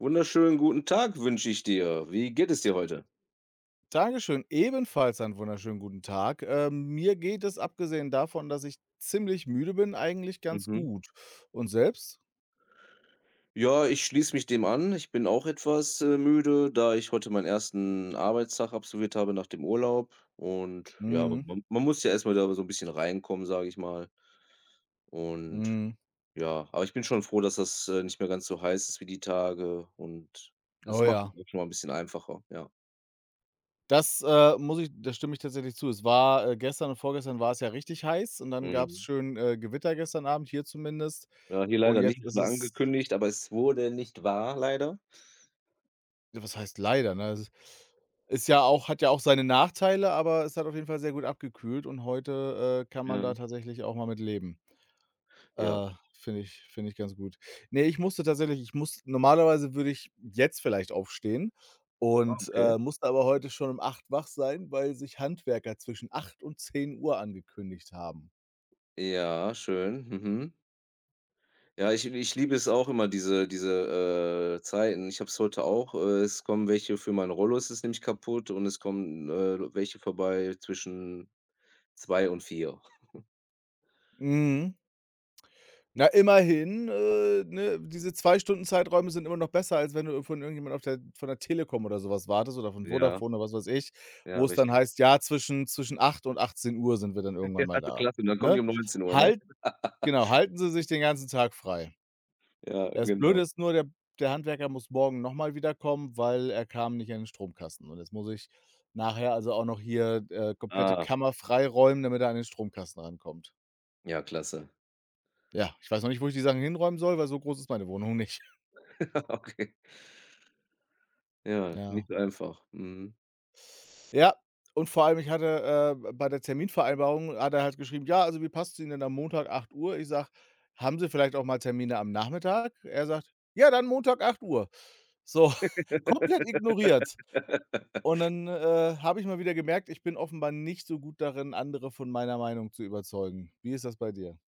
Wunderschönen guten Tag wünsche ich dir. Wie geht es dir heute? Dankeschön, ebenfalls einen wunderschönen guten Tag. Mir geht es abgesehen davon, dass ich ziemlich müde bin, eigentlich ganz Mhm. gut. Und selbst? Ja, ich schließe mich dem an. Ich bin auch etwas, müde, da ich heute meinen ersten Arbeitstag absolviert habe nach dem Urlaub. Und ja, Mhm, man muss ja erst mal da so ein bisschen reinkommen, sage ich mal. Und mhm. ja, aber ich bin schon froh, dass das, nicht mehr ganz so heiß ist wie die Tage und es Oh macht es ja. auch schon mal ein bisschen einfacher, ja. Das, muss ich da stimme ich tatsächlich zu. Es war, gestern und vorgestern war es ja richtig heiß, und dann gab es Mhm. schön, Gewitter gestern Abend, hier zumindest. Ja, hier Und leider nicht. jetzt Es ist war es angekündigt, aber es wurde nicht wahr, leider. Ja, was heißt leider, ne? Es ist ja auch hat ja auch seine Nachteile, aber es hat auf jeden Fall sehr gut abgekühlt, und heute, kann man Ja. da tatsächlich auch mal mit leben. Ja. Finde ich ganz gut. Ne, ich musste tatsächlich ich muss normalerweise würde ich jetzt vielleicht aufstehen Ah, und, okay. Musste aber heute schon um 8 wach sein, weil sich Handwerker zwischen 8 und 10 Uhr angekündigt haben. Ja, schön. Mhm. Ja, ich liebe es auch immer, diese Zeiten. Ich habe es heute auch, es kommen welche für meinen Rollo, es ist nämlich kaputt und es kommen, welche vorbei zwischen 2 und vier. Mhm. Na, immerhin, ne, diese 2 Stunden Zeiträume sind immer noch besser, als wenn du von irgendjemand auf der von der Telekom oder sowas wartest oder von Ja, Vodafone oder was weiß ich, ja, wo es dann richtig. heißt: „Ja, zwischen 8 und 18 Uhr sind wir dann Ja, irgendwann mal also da." klasse. Und dann kommen die Ne? um neunzehn Uhr, ne? Halt genau, halten Sie sich den ganzen Tag frei. Ja, Das Blöde genau. ist nur, der Handwerker muss morgen noch mal wiederkommen, weil er kam nicht an den Stromkasten. Und jetzt muss ich nachher also auch noch hier, komplette Ah, Kammer freiräumen, damit er an den Stromkasten rankommt. ja, klasse. Ja, ich weiß noch nicht, wo ich die Sachen hinräumen soll, weil so groß ist meine Wohnung nicht. Okay. Ja, nicht Ja. so einfach. Mhm. Ja, und vor allem, ich hatte, bei der Terminvereinbarung hat er halt geschrieben: „Ja, also wie passt es Ihnen denn am Montag 8 Uhr?" Ich sage: „Haben Sie vielleicht auch mal Termine am Nachmittag?" Er sagt: „Ja, dann Montag 8 Uhr." So, komplett ignoriert. Und dann, habe ich mal wieder gemerkt, ich bin offenbar nicht so gut darin, andere von meiner Meinung zu überzeugen. Wie ist das bei dir?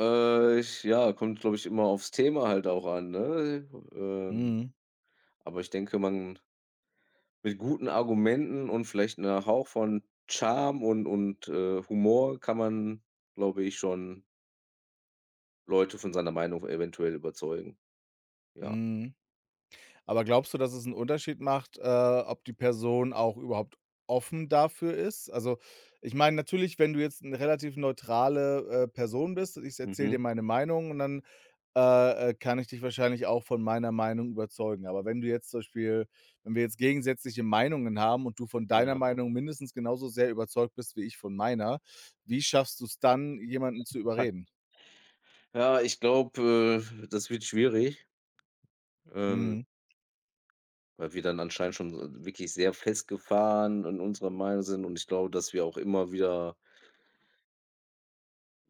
Ich, ja, kommt, glaube ich, immer aufs Thema halt auch an, ne? Mhm, Aber ich denke, man mit guten Argumenten und vielleicht 'ner Hauch von Charme und Humor kann man, glaube ich, schon Leute von seiner Meinung eventuell überzeugen, ja. mhm. Aber glaubst du, dass es einen Unterschied macht, ob die Person auch überhaupt offen dafür ist? Also, ich meine natürlich, wenn du jetzt eine relativ neutrale, Person bist, ich erzähle dir Mhm, meine Meinung, und dann, kann ich dich wahrscheinlich auch von meiner Meinung überzeugen. Aber wenn du jetzt zum Beispiel wenn wir jetzt gegensätzliche Meinungen haben und du von deiner ja. Meinung mindestens genauso sehr überzeugt bist wie ich von meiner, wie schaffst du es dann, jemanden zu überreden? Ja, ich glaube, das wird schwierig, ähm, Mhm. weil wir dann anscheinend schon so wirklich sehr festgefahren in unserer Meinung sind und ich glaube, dass wir auch immer wieder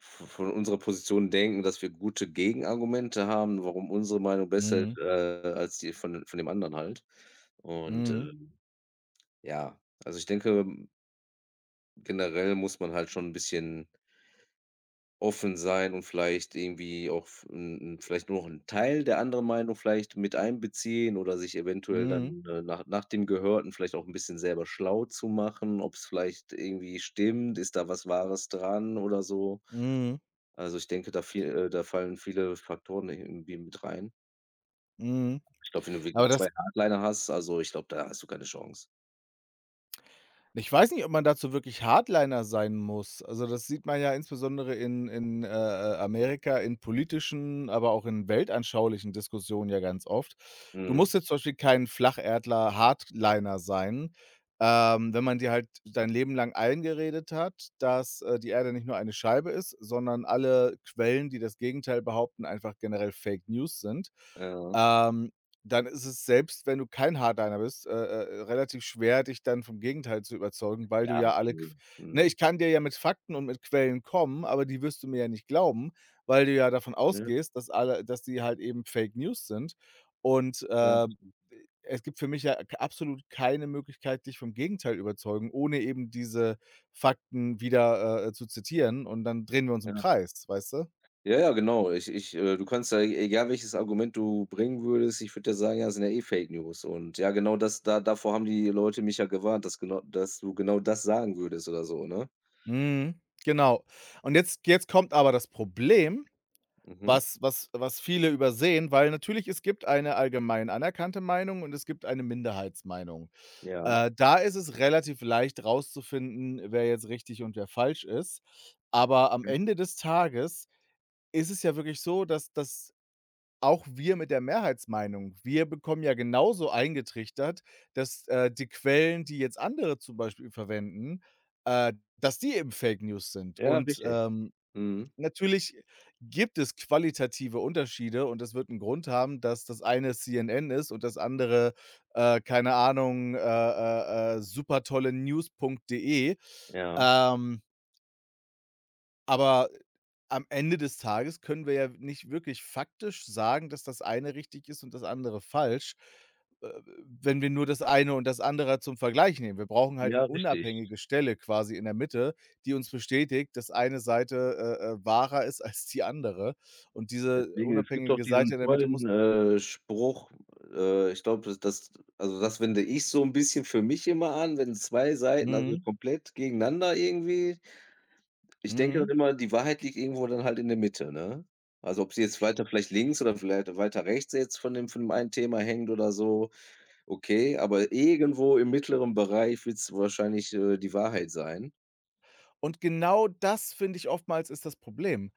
v von unserer Position denken, dass wir gute Gegenargumente haben, warum unsere Meinung besser ist, Mhm. Als die von dem anderen halt und, Mhm. äh Ja, also ich denke, generell muss man halt schon ein bisschen offen sein und vielleicht irgendwie auch f 'n 'n vielleicht nur noch 'n Teil der anderen Meinung vielleicht mit einbeziehen oder sich eventuell Mhm. dann, nach dem Gehörten vielleicht auch ein bisschen selber schlau zu machen, ob es vielleicht irgendwie stimmt, ist da was Wahres dran oder so. Mhm. Also, ich denke, da viel da fallen viele Faktoren irgendwie mit rein. Mhm. Ich glaube, wenn du wirklich Aber das 2 Hardliner hast, also ich glaube, da hast du keine Chance. Ich weiß nicht, ob man dazu wirklich Hardliner sein muss. Also, das sieht man ja insbesondere in Amerika, in politischen, aber auch in weltanschaulichen Diskussionen, ja ganz oft. Du Mhm. musst jetzt zum Beispiel kein Flacherdler, Hardliner sein, wenn man dir halt dein Leben lang eingeredet hat, dass, die Erde nicht nur eine Scheibe ist, sondern alle Quellen, die das Gegenteil behaupten, einfach generell Fake News sind. Ja. Ähm, dann ist es, selbst wenn du kein Hardliner bist, relativ schwer, dich dann vom Gegenteil zu überzeugen, weil du Ja, ja alle Qu okay. ne, Mhm. ich kann dir ja mit Fakten und mit Quellen kommen, aber die wirst du mir ja nicht glauben, weil du ja davon Ne, ausgehst, dass alle dass die halt eben Fake News sind. Und, ja. Es gibt für mich ja k absolut keine Möglichkeit, dich vom Gegenteil überzeugen, ohne eben diese Fakten wieder, zu zitieren, und dann drehen wir uns im Ja. Kreis, weißt du? Ja, ja, genau. Du kannst ja, e egal welches Argument du bringen würdest, ich würde ja sagen: „Ja, das sind ja eh Fake News.“ Und ja, genau das, da davor haben die Leute mich ja gewarnt, dass genau, dass du genau das sagen würdest oder so, ne? Mhm, genau. Und jetzt kommt aber das Problem. Mhm. Was viele übersehen, weil natürlich es gibt eine allgemein anerkannte Meinung und es gibt eine Minderheitsmeinung. Ja. Da ist es relativ leicht rauszufinden, wer jetzt richtig und wer falsch ist. Aber am Mhm. Ende des Tages ist es ja wirklich so, dass auch wir mit der Mehrheitsmeinung wir bekommen ja genauso eingetrichtert, dass, die Quellen, die jetzt andere zum Beispiel verwenden, dass die eben Fake News sind Ja, und, richtig. ähm Mhm. Natürlich gibt es qualitative Unterschiede, und das wird 'n Grund haben, dass das eine CNN ist und das andere, keine Ahnung, supertolle news.de. Ja. Ähm aber am Ende des Tages können wir ja nicht wirklich faktisch sagen, dass das eine richtig ist und das andere falsch, äh, wenn wir nur das eine und das andere zum Vergleich nehmen. Wir brauchen halt Ja, 'ne richtig. unabhängige Stelle quasi in der Mitte, die uns bestätigt, dass eine Seite, wahrer ist als die andere. Und diese Deswegen, es gibt auch unabhängige Seite diesen in der Mitte tollen, muss. Spruch, ich glaube, das das also, das wende ich so ein bisschen für mich immer an, wenn 2 Seiten, also, Mhm, komplett gegeneinander irgendwie. Ich denke dann mhm. immer, die Wahrheit liegt irgendwo dann halt in der Mitte, ne? Also, ob sie jetzt weiter vielleicht links oder vielleicht weiter rechts jetzt von dem einen Thema hängt oder so, okay, aber irgendwo im mittleren Bereich wird es wahrscheinlich, die Wahrheit sein. Und genau das, finde ich, oftmals ist das Problem.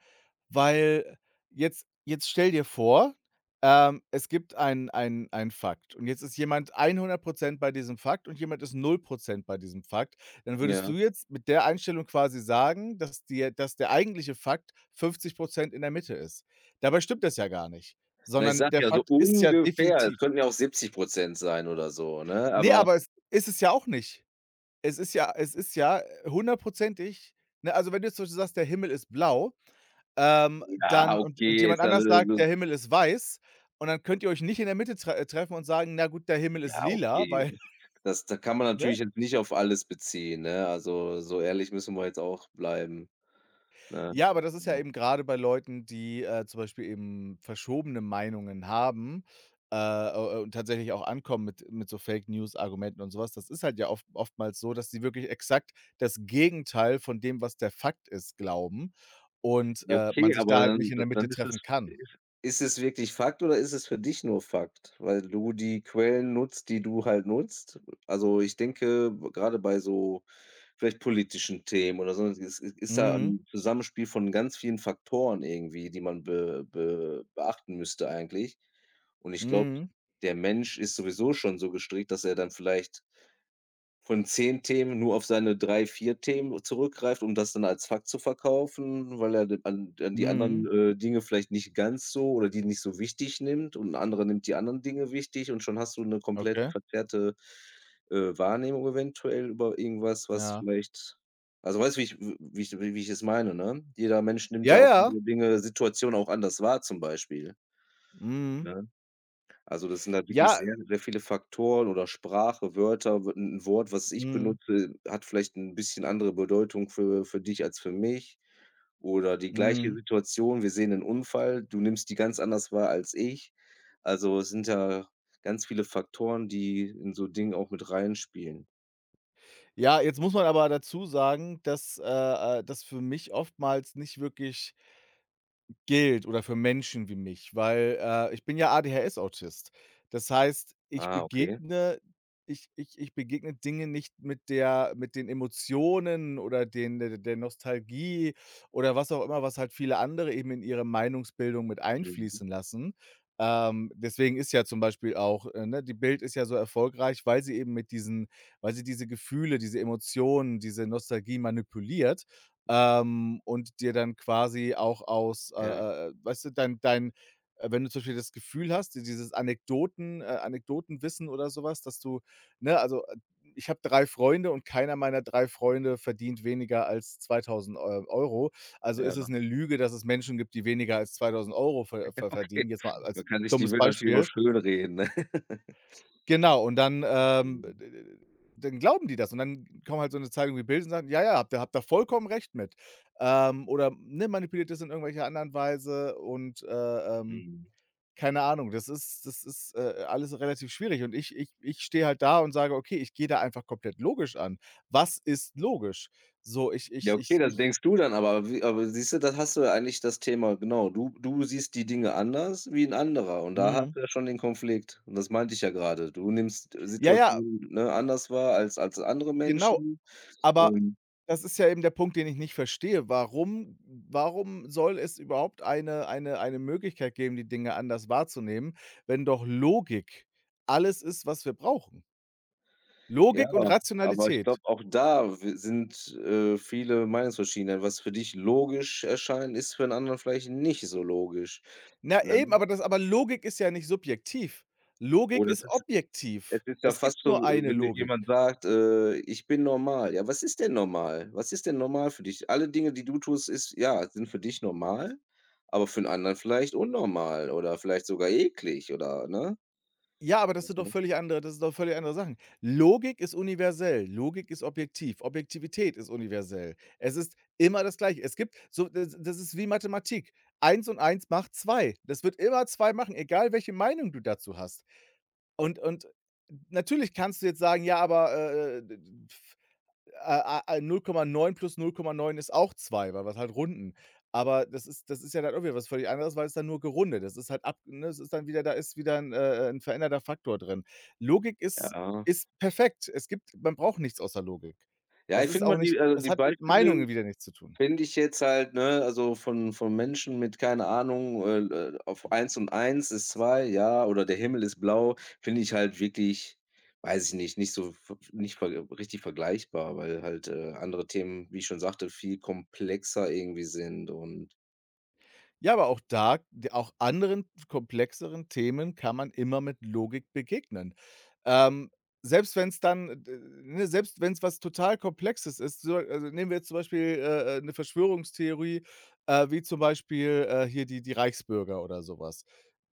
Weil jetzt stell dir vor, es gibt einen einen Fakt, und jetzt ist jemand 100% bei diesem Fakt und jemand ist 0% bei diesem Fakt. Dann würdest Ja. du jetzt mit der Einstellung quasi sagen, dass der eigentliche Fakt 50% in der Mitte ist. Dabei stimmt das ja gar nicht, Na, ich sondern sag der ja so Fakt ist ja ungefähr, es definitiv könnten ja auch 70 sein oder so, ne? ne, Aber aber es ist es ja auch nicht. Es ist ja hundertprozentig, ne, also wenn du jetzt zum Beispiel sagst, der Himmel ist blau, ja, dann und okay, jemand ist ja anders sagt: „Der Himmel ist weiß", und dann könnt ihr euch nicht in der Mitte treffen und sagen: „Na gut, der Himmel ist ja, lila", okay. weil Das, da kann man ne? natürlich jetzt nicht auf alles beziehen, ne? Also, so ehrlich müssen wir jetzt auch bleiben, ne? Ja, aber das ist ja eben gerade bei Leuten, die, zum Beispiel eben verschobene Meinungen haben, und tatsächlich auch ankommen mit so Fake News Argumenten und sowas. Das ist halt ja oftmals so, dass sie wirklich exakt das Gegenteil von dem, was der Fakt ist, glauben, und, Ja, man okay, sich aber da halt nicht dann in der Mitte dann ist treffen es kann. ist ist es wirklich Fakt oder ist es für dich nur Fakt? Weil du die Quellen nutzt, die du halt nutzt. Also, ich denke, b grade bei so vielleicht politischen Themen oder so, es i ist da Mhm. ein Zusammenspiel von ganz vielen Faktoren irgendwie, die man be be beachten müsste eigentlich. Und ich glaube, Mhm. der Mensch ist sowieso schon so gestrickt, dass er dann vielleicht von 10 Themen nur auf seine drei, 4 Themen zurückgreift, um das dann als Fakt zu verkaufen, weil er d an die anderen, Mhm. Dinge vielleicht nicht ganz so oder die nicht so wichtig nimmt und 'n anderer nimmt die anderen Dinge wichtig und schon hast du eine komplett Okay, verzerrte, Wahrnehmung eventuell über irgendwas, was ja. vielleicht, also, weißt du, wie ich es meine, ne? Jeder Mensch nimmt Ja, ja auch ja. andere Dinge, Situationen auch anders wahr zum Beispiel, Mhm. ne? Also, das sind halt wirklich Ja. sehr, sehr viele Faktoren oder Sprache, Wörter. W 'N Wort, was ich Mhm. benutze, hat vielleicht ein bisschen andere Bedeutung für dich als für mich oder die gleiche Mhm. Situation. Wir sehen einen Unfall, du nimmst die ganz anders wahr als ich. Also, es sind ja ganz viele Faktoren, die in so Dingen auch mit reinspielen. Ja, jetzt muss man aber dazu sagen, dass, das für mich oftmals nicht wirklich gilt oder für Menschen wie mich, weil, ich bin ja ADHS-Autist. Das heißt, ich Ah, okay. begegne ich ich ich begegne Dinge nicht mit den Emotionen oder den der der Nostalgie oder was auch immer, was halt viele andere eben in ihre Meinungsbildung mit Mhm. einfließen lassen. Deswegen ist ja zum Beispiel auch, ne, die Bild ist ja so erfolgreich, weil sie diese Gefühle, diese Emotionen, diese Nostalgie manipuliert, und dir dann quasi auch aus, Ja, weißt du, dein dein wenn du zum Beispiel das Gefühl hast, dieses Anekdotenwissen oder sowas, dass du. Ne, also, ich habe 3 Freunde, und keiner meiner 3 Freunde verdient weniger als 2.000 Eu Euro. Also, ist ja. es eine Lüge, dass es Menschen gibt, die weniger als 2.000 Euro verdienen, jetzt mal Man als kann sich die dummes Welt natürlich auch Beispiel. schönreden, ne? Genau, und dann, Mhm. dann glauben die das, und dann kommen halt so 'ne Zeitung wie Bild und sagen: „Ja, ja, habt da vollkommen recht mit." Oder, ne, manipuliert das in irgendwelcher anderen Weise, und, Mhm. keine Ahnung. Alles relativ schwierig, und ich stehe halt da und sage: „Okay, ich gehe da einfach komplett logisch an." Was ist logisch? So, ich ich Ja, okay, ich das ich denkst du dann, aber wie, aber siehst du, das hast du ja eigentlich das Thema genau. Du siehst die Dinge anders wie ein anderer und da hast Mhm. du ja schon den Konflikt und das meinte ich ja gerade. Du nimmst Ja, ja, Situationen, ne, anders wahr als als andere genau. Menschen Aber und das ist ja eben der Punkt, den ich nicht verstehe. Warum soll es überhaupt eine eine Möglichkeit geben, die Dinge anders wahrzunehmen, wenn doch Logik alles ist, was wir brauchen? ja, Logik und aber ich Rationalität. glaube, auch da w sind, viele Meinungsverschiedenheiten. Was für dich logisch erscheint, ist für einen anderen vielleicht nicht so logisch, Na ne? eben, aber Logik ist ja nicht subjektiv. Logik Oder ist es objektiv. ist ja Es fast gibt so, nur eine wenn dir Logik. jemand sagt, „Ich bin normal.“ Ja, was ist denn normal? Was ist denn normal für dich? Alle Dinge, die du tust, ist ja, sind für dich normal, aber für 'n anderen vielleicht unnormal oder vielleicht sogar eklig oder, ne? Ja, aber Mhm. Das sind doch völlig andere Sachen. Logik ist universell, Logik ist objektiv, Objektivität ist universell. Es ist immer das Gleiche. Es gibt so das das ist wie Mathematik. Eins und eins macht 2. Das wird immer 2 machen, egal welche Meinung du dazu hast. Und natürlich kannst du jetzt sagen: „Ja, aber, 0,9 plus 0,9 ist auch 2, weil wir's halt runden. Aber das ist ja dann irgendwie was völlig anderes, weil es dann nur gerundet ist. Es ist halt ab Ne, es ist dann wieder da ist wieder 'n, 'n veränderter Faktor drin. Logik ist Ja. ist perfekt. Es gibt man braucht nichts außer Logik. Ja, Das ich ist finde immer auch nicht. die, also, Das die hat mit Beispiele Meinungen wieder nichts zu tun. finde ich jetzt halt, ne, also von Menschen mit, keine Ahnung, auf eins und eins ist zwei, ja, oder der Himmel ist blau, finde ich halt wirklich, weiß ich nicht, nicht so v nicht ver richtig vergleichbar, weil halt, andere Themen, wie ich schon sagte, viel komplexer irgendwie sind und Ja, aber auch da, d auch anderen komplexeren Themen, kann man immer mit Logik begegnen. Ähm, selbst wenn es dann, d ne, selbst wenn's was total Komplexes ist, so, also, nehmen wir jetzt zum Beispiel, 'ne Verschwörungstheorie, wie zum Beispiel, hier die Reichsbürger oder sowas.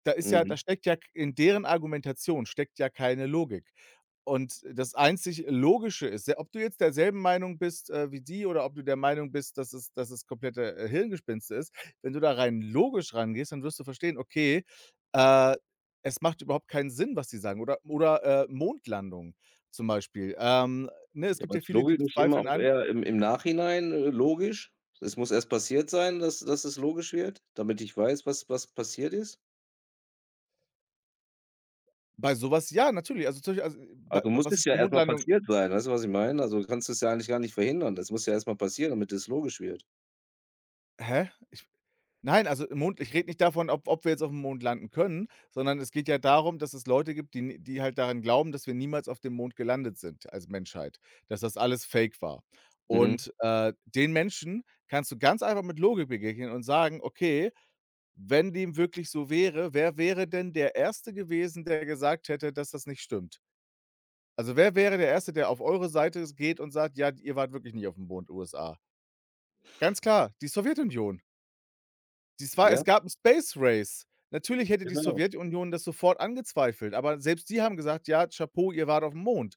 Da ist ja da mhm. steckt ja k In deren Argumentation steckt ja keine Logik. Und das einzig Logische ist ja, ob du jetzt derselben Meinung bist, wie die, oder ob du der Meinung bist, dass es komplette, Hirngespinste ist. Wenn du da rein logisch rangehst, dann wirst du verstehen, okay, äh, es macht überhaupt keinen Sinn, was die sagen. Mondlandung zum Beispiel. Ne, es Ja, gibt aber ja ist viele, die Logik nicht immer bezweifeln auch an eher im Nachhinein, logisch? Es muss erst passiert sein, dass es logisch wird, damit ich weiß, was passiert ist? bei sowas. Ja, natürlich. Also, zum Beispiel, also, bei Also, muss was es ich ja zur erstmal Mondlandung. passiert sein, weißt du, was ich meine? Also, du kannst es ja eigentlich gar nicht verhindern. Das muss ja erstmal passieren, damit es logisch wird. Hä? Ich Nein, also im Mond ich rede nicht davon, ob wir jetzt auf dem Mond landen können, sondern es geht ja darum, dass es Leute gibt, die halt daran glauben, dass wir niemals auf dem Mond gelandet sind als Menschheit, dass das alles Fake war. Mhm. Und, den Menschen kannst du ganz einfach mit Logik begegnen und sagen: „Okay, wenn dem wirklich so wäre, wer wäre denn der erste gewesen, der gesagt hätte, dass das nicht stimmt?" Also, wer wäre der erste, der auf eure Seite geht und sagt: „Ja, ihr wart wirklich nicht auf dem Mond, USA?" Ganz klar, die Sowjetunion. Das war Es Ja, gab 'n Space Race. Natürlich hätte die genau. Sowjetunion das sofort angezweifelt, aber selbst die haben gesagt: „Ja, Chapeau, ihr wart aufm Mond."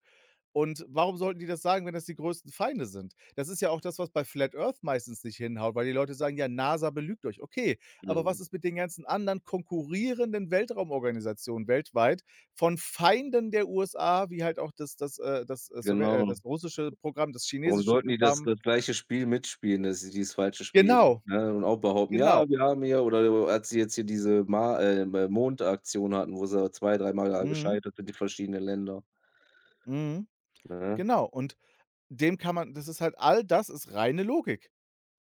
Und warum sollten die das sagen, wenn das die größten Feinde sind? Das ist ja auch das, was bei Flat Earth meistens nicht hinhaut, weil die Leute sagen: „Ja, NASA belügt euch." Okay, aber was Mhm. ist mit den ganzen anderen konkurrierenden Weltraumorganisationen weltweit von Feinden der USA, wie halt auch Genau. das russische Programm, das Warum chinesische sollten die das, Programm. das gleiche Spiel mitspielen, das, dieses falsche Spiel, Genau, ne? Und auch behaupten: genau. „Ja, wir haben hier“, oder als sie jetzt hier diese Ma M Mondaktion hatten, wo sie zwei, dreimal da Mhm, gescheitert sind, die verschiedenen Länder, mhm, ne? genau. Und, dem kann man. Das ist halt all das ist reine Logik.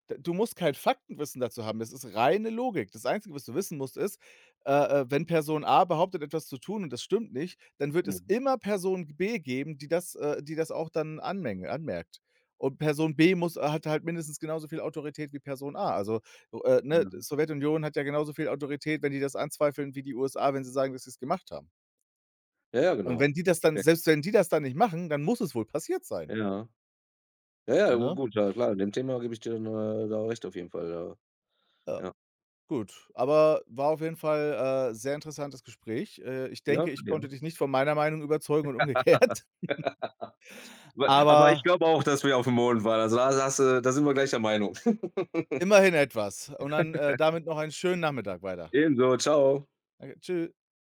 D Du musst kein Faktenwissen dazu haben. Das ist reine Logik. Das Einzige, was du wissen musst, ist, äh, wenn Person A behauptet, etwas zu tun und das stimmt nicht, dann wird es Mhm. immer Person B geben, die das auch dann anmänge anmerkt. Und Person B muss hat halt mindestens genauso viel Autorität wie Person A. Also, so, ne, die Ja. Sowjetunion hat ja genauso viel Autorität, wenn die das anzweifeln, wie die USA, wenn sie sagen, dass sie es gemacht haben. Ja, ja, Und genau. wenn die das dann Okay. Selbst wenn die das dann nicht machen, dann muss es wohl passiert sein, Ja. Ja, ja, ne? gut, ja klar, in dem Thema gebe ich dir, dann, da recht auf jeden Fall, ja. Äh Ja. Gut, aber war auf jeden Fall, sehr interessantes Gespräch. Ich Ja, denke, ich finde ich konnte dich nicht von meiner Meinung überzeugen und umgekehrt, aber ich aber glaube auch, dass wir auf dem Mond waren. Also, da, da hast du, da sind wir gleicher Meinung. immerhin etwas. Und dann, damit noch einen schönen Nachmittag weiter. Ebenso, Ciao. Danke, tschü